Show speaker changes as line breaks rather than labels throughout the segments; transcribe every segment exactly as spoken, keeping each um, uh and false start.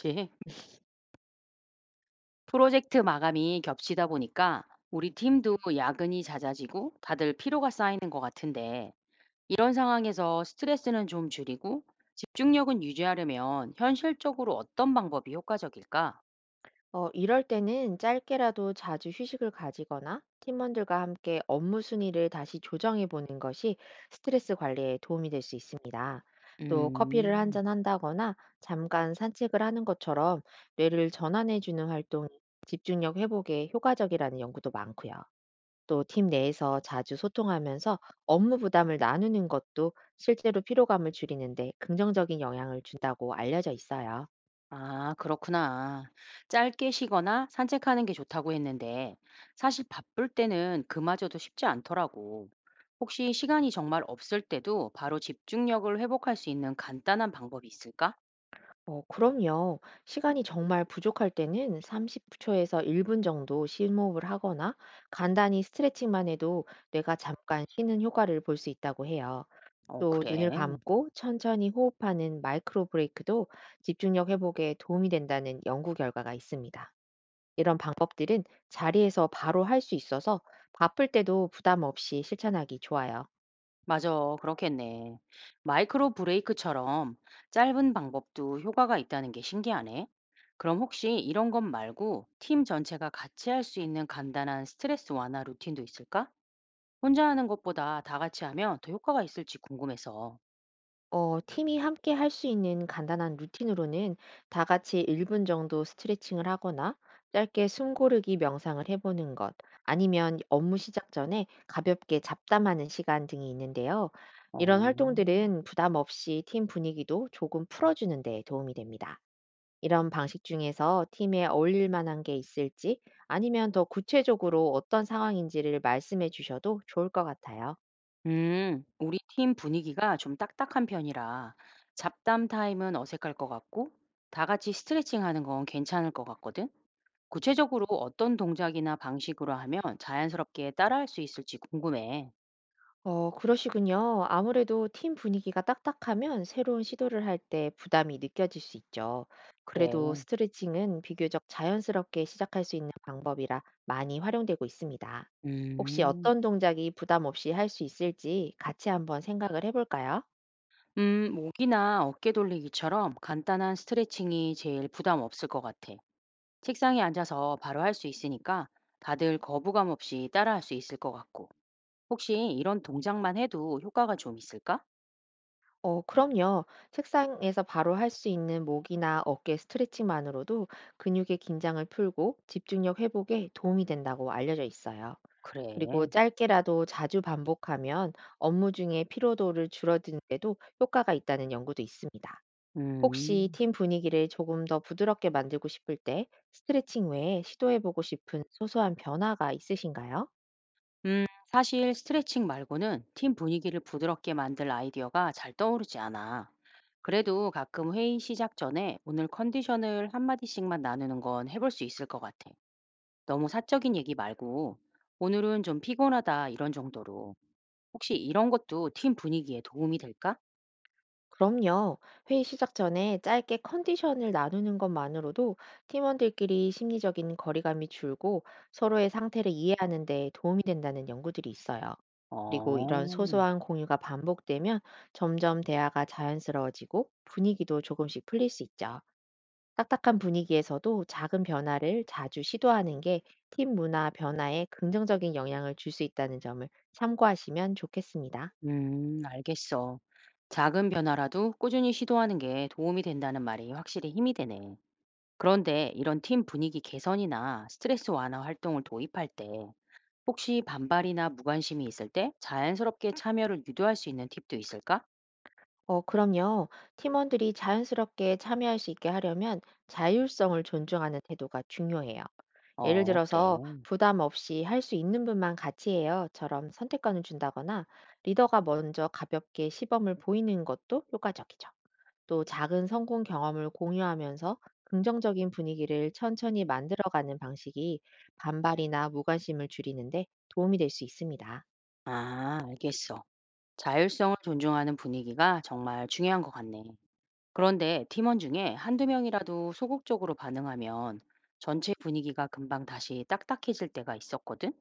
그치. 프로젝트 마감이 겹치다 보니까 우리 팀도 야근이 잦아지고 다들 피로가 쌓이는 것 같은데 이런 상황에서 스트레스는 좀 줄이고 집중력은 유지하려면 현실적으로 어떤 방법이 효과적일까?
어, 이럴 때는 짧게라도 자주 휴식을 가지거나 팀원들과 함께 업무 순위를 다시 조정해 보는 것이 스트레스 관리에 도움이 될 수 있습니다. 또 커피를 한
음,
잔 한다거나 잠깐 산책을 하는 것처럼 뇌를 전환해 주는 활동이 집중력 회복에 효과적이라는 연구도 많고요. 또 팀 내에서 자주 소통하면서 업무 부담을 나누는 것도 실제로 피로감을 줄이는데 긍정적인 영향을 준다고 알려져 있어요.
아, 그렇구나. 짧게 쉬거나 산책하는 게 좋다고 했는데 사실 바쁠 때는 그마저도 쉽지 않더라고. 혹시 시간이 정말 없을 때도 바로 집중력을 회복할 수 있는 간단한 방법이 있을까?
어, 그럼요. 시간이 정말 부족할 때는 삼십 초에서 일 분 정도 심호흡을 하거나 간단히 스트레칭만 해도 뇌가 잠깐 쉬는 효과를 볼 수 있다고 해요.
어,
또
그래.
눈을 감고 천천히 호흡하는 마이크로 브레이크도 집중력 회복에 도움이 된다는 연구 결과가 있습니다. 이런 방법들은 자리에서 바로 할 수 있어서 바쁠 때도 부담 없이 실천하기 좋아요.
맞아. 그렇겠네. 마이크로 브레이크처럼 짧은 방법도 효과가 있다는 게 신기하네. 그럼 혹시 이런 것 말고 팀 전체가 같이 할 수 있는 간단한 스트레스 완화 루틴도 있을까? 혼자 하는 것보다 다 같이 하면 더 효과가 있을지 궁금해서.
어 팀이 함께 할 수 있는 간단한 루틴으로는 다 같이 일 분 정도 스트레칭을 하거나 짧게 숨 고르기 명상을 해 보는 것, 아니면 업무 시작 전에 가볍게 잡담하는 시간 등이 있는데요. 이런
어.
활동들은 부담 없이 팀 분위기도 조금 풀어 주는 데 도움이 됩니다. 이런 방식 중에서 팀에 어울릴 만한 게 있을지, 아니면 더 구체적으로 어떤 상황인지를 말씀해 주셔도 좋을 것 같아요.
음, 우리 팀 분위기가 좀 딱딱한 편이라 잡담 타임은 어색할 것 같고 다 같이 스트레칭 하는 건 괜찮을 것 같거든. 구체적으로 어떤 동작이나 방식으로 하면 자연스럽게 따라할 수 있을지 궁금해.
어, 그러시군요. 아무래도 팀 분위기가 딱딱하면 새로운 시도를 할 때 부담이 느껴질 수 있죠. 그래도
그래.
스트레칭은 비교적 자연스럽게 시작할 수 있는 방법이라 많이 활용되고 있습니다. 혹시
음.
어떤 동작이 부담 없이 할 수 있을지 같이 한번 생각을 해볼까요?
음, 목이나 어깨 돌리기처럼 간단한 스트레칭이 제일 부담 없을 것 같아. 책상에 앉아서 바로 할 수 있으니까 다들 거부감 없이 따라할 수 있을 것 같고. 혹시 이런 동작만 해도 효과가 좀 있을까?
어, 그럼요. 책상에서 바로 할 수 있는 목이나 어깨 스트레칭만으로도 근육의 긴장을 풀고 집중력 회복에 도움이 된다고 알려져 있어요. 그리고
그래.
짧게라도 자주 반복하면 업무 중에 피로도를 줄어드는 데도 효과가 있다는 연구도 있습니다. 혹시
음.
팀 분위기를 조금 더 부드럽게 만들고 싶을 때 스트레칭 외에 시도해보고 싶은 소소한 변화가 있으신가요?
음, 사실 스트레칭 말고는 팀 분위기를 부드럽게 만들 아이디어가 잘 떠오르지 않아. 그래도 가끔 회의 시작 전에 오늘 컨디션을 한마디씩만 나누는 건 해볼 수 있을 것 같아. 너무 사적인 얘기 말고 오늘은 좀 피곤하다 이런 정도로. 혹시 이런 것도 팀 분위기에 도움이 될까?
그럼요. 회의 시작 전에 짧게 컨디션을 나누는 것만으로도 팀원들끼리 심리적인 거리감이 줄고 서로의 상태를 이해하는 데 도움이 된다는 연구들이 있어요. 그리고 이런
어,
소소한 공유가 반복되면 점점 대화가 자연스러워지고 분위기도 조금씩 풀릴 수 있죠. 딱딱한 분위기에서도 작은 변화를 자주 시도하는 게 팀 문화 변화에 긍정적인 영향을 줄 수 있다는 점을 참고하시면 좋겠습니다.
음, 알겠어. 작은 변화라도 꾸준히 시도하는 게 도움이 된다는 말이 확실히 힘이 되네. 그런데 이런 팀 분위기 개선이나 스트레스 완화 활동을 도입할 때 혹시 반발이나 무관심이 있을 때 자연스럽게 참여를 유도할 수 있는 팁도 있을까?
어, 그럼요. 팀원들이 자연스럽게 참여할 수 있게 하려면 자율성을 존중하는 태도가 중요해요. 예를
어, 그래.
들어서 부담 없이 할 수 있는 분만 같이 해요처럼 선택권을 준다거나 리더가 먼저 가볍게 시범을 보이는 것도 효과적이죠. 또 작은 성공 경험을 공유하면서 긍정적인 분위기를 천천히 만들어가는 방식이 반발이나 무관심을 줄이는데 도움이 될 수 있습니다.
아, 알겠어. 자율성을 존중하는 분위기가 정말 중요한 것 같네. 그런데 팀원 중에 한두 명이라도 소극적으로 반응하면 전체 분위기가 금방 다시 딱딱해질 때가 있었거든?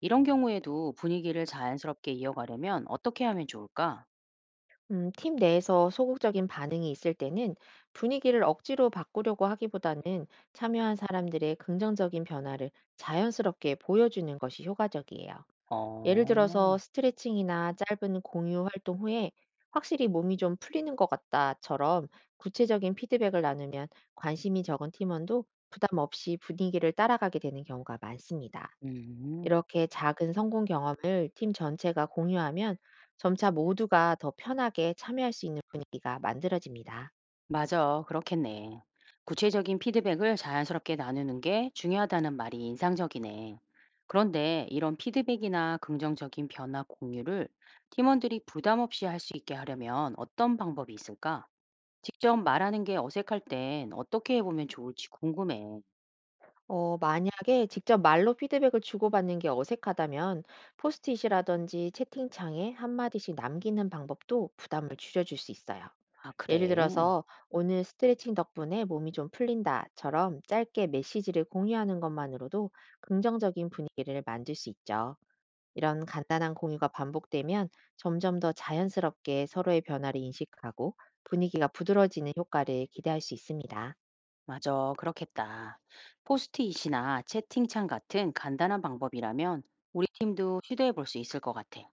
이런 경우에도 분위기를 자연스럽게 이어가려면 어떻게 하면 좋을까?
음, 팀 내에서 소극적인 반응이 있을 때는 분위기를 억지로 바꾸려고 하기보다는 참여한 사람들의 긍정적인 변화를 자연스럽게 보여주는 것이 효과적이에요. 예를
어,
들어서 스트레칭이나 짧은 공유 활동 후에 확실히 몸이 좀 풀리는 것 같다처럼 구체적인 피드백을 나누면 관심이 적은 팀원도 부담 없이 분위기를 따라가게 되는 경우가 많습니다.
음.
이렇게 작은 성공 경험을 팀 전체가 공유하면 점차 모두가 더 편하게 참여할 수 있는 분위기가 만들어집니다.
맞아. 그렇겠네. 구체적인 피드백을 자연스럽게 나누는 게 중요하다는 말이 인상적이네. 그런데 이런 피드백이나 긍정적인 변화 공유를 팀원들이 부담 없이 할 수 있게 하려면 어떤 방법이 있을까? 직접 말하는 게 어색할 땐 어떻게 해보면 좋을지 궁금해.
어, 만약에 직접 말로 피드백을 주고받는 게 어색하다면 포스트잇이라든지 채팅창에 한마디씩 남기는 방법도 부담을 줄여줄 수 있어요.
아,
예를
그래.
들어서 오늘 스트레칭 덕분에 몸이 좀 풀린다처럼 짧게 메시지를 공유하는 것만으로도 긍정적인 분위기를 만들 수 있죠. 이런 간단한 공유가 반복되면 점점 더 자연스럽게 서로의 변화를 인식하고 분위기가 부드러워지는 효과를 기대할 수 있습니다.
맞아. 그렇겠다. 포스트잇이나 채팅창 같은 간단한 방법이라면 우리 팀도 시도해 볼 수 있을 것 같아.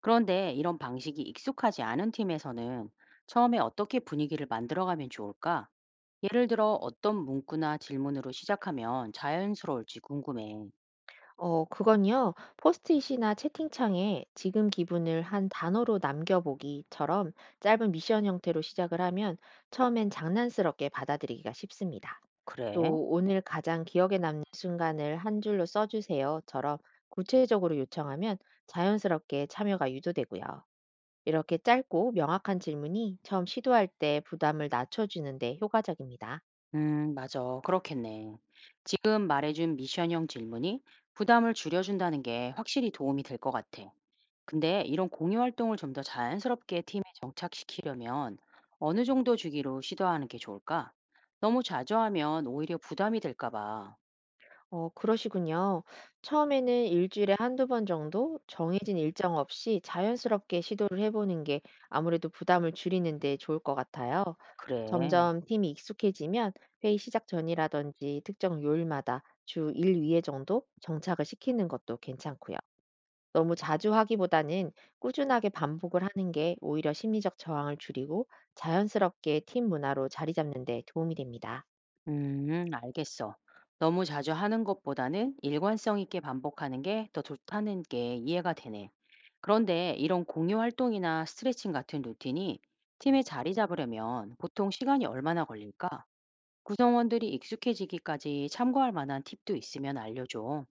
그런데 이런 방식이 익숙하지 않은 팀에서는 처음에 어떻게 분위기를 만들어가면 좋을까? 예를 들어 어떤 문구나 질문으로 시작하면 자연스러울지 궁금해.
어, 그건요, 포스트잇이나 채팅창에 지금 기분을 한 단어로 남겨보기처럼 짧은 미션 형태로 시작을 하면 처음엔 장난스럽게 받아들이기가 쉽습니다.
그래?
또 오늘 가장 기억에 남는 순간을 한 줄로 써주세요처럼 구체적으로 요청하면 자연스럽게 참여가 유도되고요. 이렇게 짧고 명확한 질문이 처음 시도할 때 부담을 낮춰주는데 효과적입니다.
음, 맞아. 그렇겠네. 지금 말해준 미션형 질문이 부담을 줄여준다는 게 확실히 도움이 될 것 같아. 근데 이런 공유 활동을 좀 더 자연스럽게 팀에 정착시키려면 어느 정도 주기로 시도하는 게 좋을까? 너무 자주 하면 오히려 부담이 될까 봐.
어, 그러시군요. 처음에는 일주일에 한두 번 정도 정해진 일정 없이 자연스럽게 시도를 해보는 게 아무래도 부담을 줄이는데 좋을 것 같아요.
그래.
점점 팀이 익숙해지면 회의 시작 전이라든지 특정 요일마다 주 일 위에 정도 정착을 시키는 것도 괜찮고요. 너무 자주 하기보다는 꾸준하게 반복을 하는 게 오히려 심리적 저항을 줄이고 자연스럽게 팀 문화로 자리 잡는 데 도움이 됩니다.
음, 알겠어. 너무 자주 하는 것보다는 일관성 있게 반복하는 게 더 좋다는 게 이해가 되네. 그런데 이런 공유 활동이나 스트레칭 같은 루틴이 팀에 자리 잡으려면 보통 시간이 얼마나 걸릴까? 구성원들이 익숙해지기까지 참고할 만한 팁도 있으면 알려줘.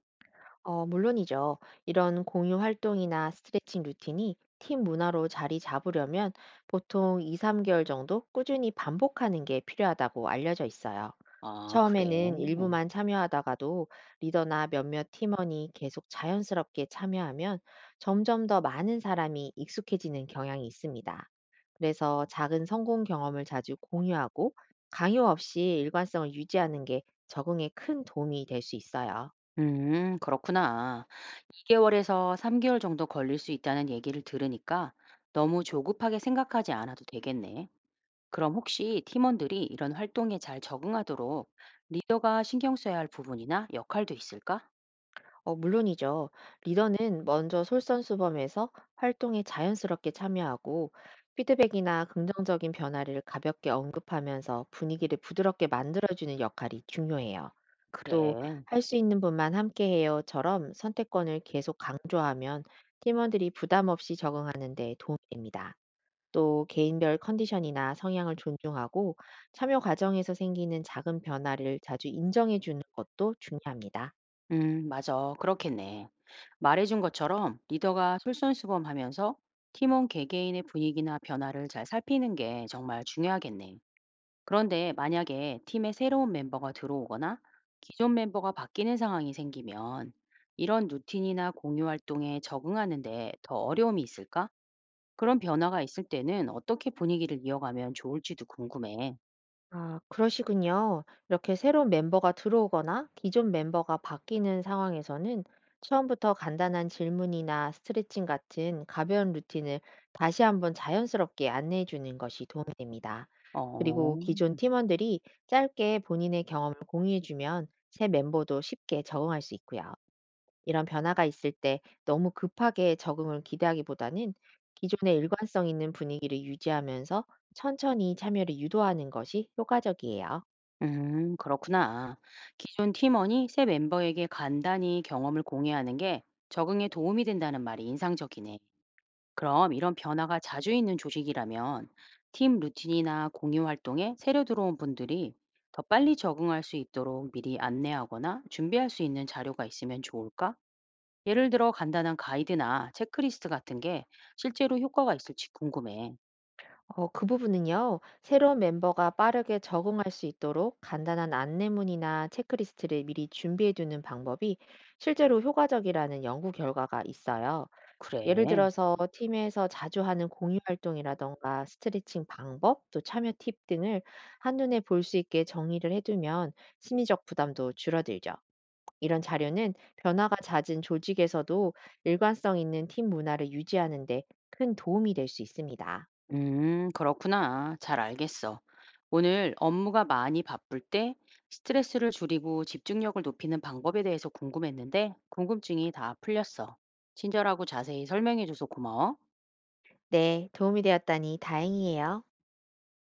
어, 물론이죠. 이런 공유 활동이나 스트레칭 루틴이 팀 문화로 자리 잡으려면 보통 이, 삼 개월 정도 꾸준히 반복하는 게 필요하다고 알려져 있어요.
아, 그래.
처음에는 일부만 참여하다가도 리더나 몇몇 팀원이 계속 자연스럽게 참여하면 점점 더 많은 사람이 익숙해지는 경향이 있습니다. 그래서 작은 성공 경험을 자주 공유하고 강요 없이 일관성을 유지하는 게 적응에 큰 도움이 될 수 있어요.
음, 그렇구나. 이 개월에서 삼 개월 정도 걸릴 수 있다는 얘기를 들으니까 너무 조급하게 생각하지 않아도 되겠네. 그럼 혹시 팀원들이 이런 활동에 잘 적응하도록 리더가 신경 써야 할 부분이나 역할도 있을까?
어, 물론이죠. 리더는 먼저 솔선수범해서 활동에 자연스럽게 참여하고, 피드백이나 긍정적인 변화를 가볍게 언급하면서 분위기를 부드럽게 만들어주는 역할이 중요해요. 또,
그래.
할 수 있는 분만 함께해요처럼 선택권을 계속 강조하면 부담 없이 적응하는 데 도움이 됩니다. 또 개인별 컨디션이나 성향을 존중하고 참여 과정에서 생기는 작은 변화를 자주 인정해 주는 것도 중요합니다.
음, 맞아. 그렇겠네. 말해준 것처럼 리더가 솔선수범하면서 팀원 개개인의 분위기나 변화를 잘 살피는 게 정말 중요하겠네. 그런데 만약에 팀에 새로운 멤버가 들어오거나 기존 멤버가 바뀌는 상황이 생기면 이런 루틴이나 공유 활동에 적응하는데 더 어려움이 있을까? 그런 변화가 있을 때는 어떻게 분위기를 이어가면 좋을지도 궁금해.
아, 그러시군요. 이렇게 새로운 멤버가 들어오거나 기존 멤버가 바뀌는 상황에서는 처음부터 간단한 질문이나 스트레칭 같은 가벼운 루틴을 다시 한번 자연스럽게 안내해 주는 것이 도움이 됩니다.
어,
그리고 기존 팀원들이 짧게 본인의 경험을 공유해 주면 새 멤버도 쉽게 적응할 수 있고요. 이런 변화가 있을 때 너무 급하게 적응을 기대하기보다는 기존의 일관성 있는 분위기를 유지하면서 천천히 참여를 유도하는 것이 효과적이에요.
음, 그렇구나. 기존 팀원이 새 멤버에게 간단히 경험을 공유하는 게 적응에 도움이 된다는 말이 인상적이네. 그럼 이런 변화가 자주 있는 조직이라면 팀 루틴이나 공유 활동에 새로 들어온 분들이 더 빨리 적응할 수 있도록 미리 안내하거나 준비할 수 있는 자료가 있으면 좋을까? 예를 들어 간단한 가이드나 체크리스트 같은 게 실제로 효과가 있을지 궁금해.
어, 그 부분은요, 새로운 멤버가 빠르게 적응할 수 있도록 간단한 안내문이나 체크리스트를 미리 준비해 두는 방법이 실제로 효과적이라는 연구 결과가 있어요.
그래.
예를 들어서 팀에서 자주 하는 공유 활동이라던가 스트레칭 방법, 또 참여 팁 등을 한눈에 볼 수 있게 정의를 해두면 심리적 부담도 줄어들죠. 이런 자료는 변화가 잦은 조직에서도 일관성 있는 팀 문화를 유지하는 데 큰 도움이 될 수 있습니다.
음, 그렇구나. 잘 알겠어. 오늘 업무가 많이 바쁠 때 스트레스를 줄이고 집중력을 높이는 방법에 대해서 궁금했는데 궁금증이 다 풀렸어. 친절하고 자세히 설명해줘서 고마워.
네, 도움이 되었다니 다행이에요.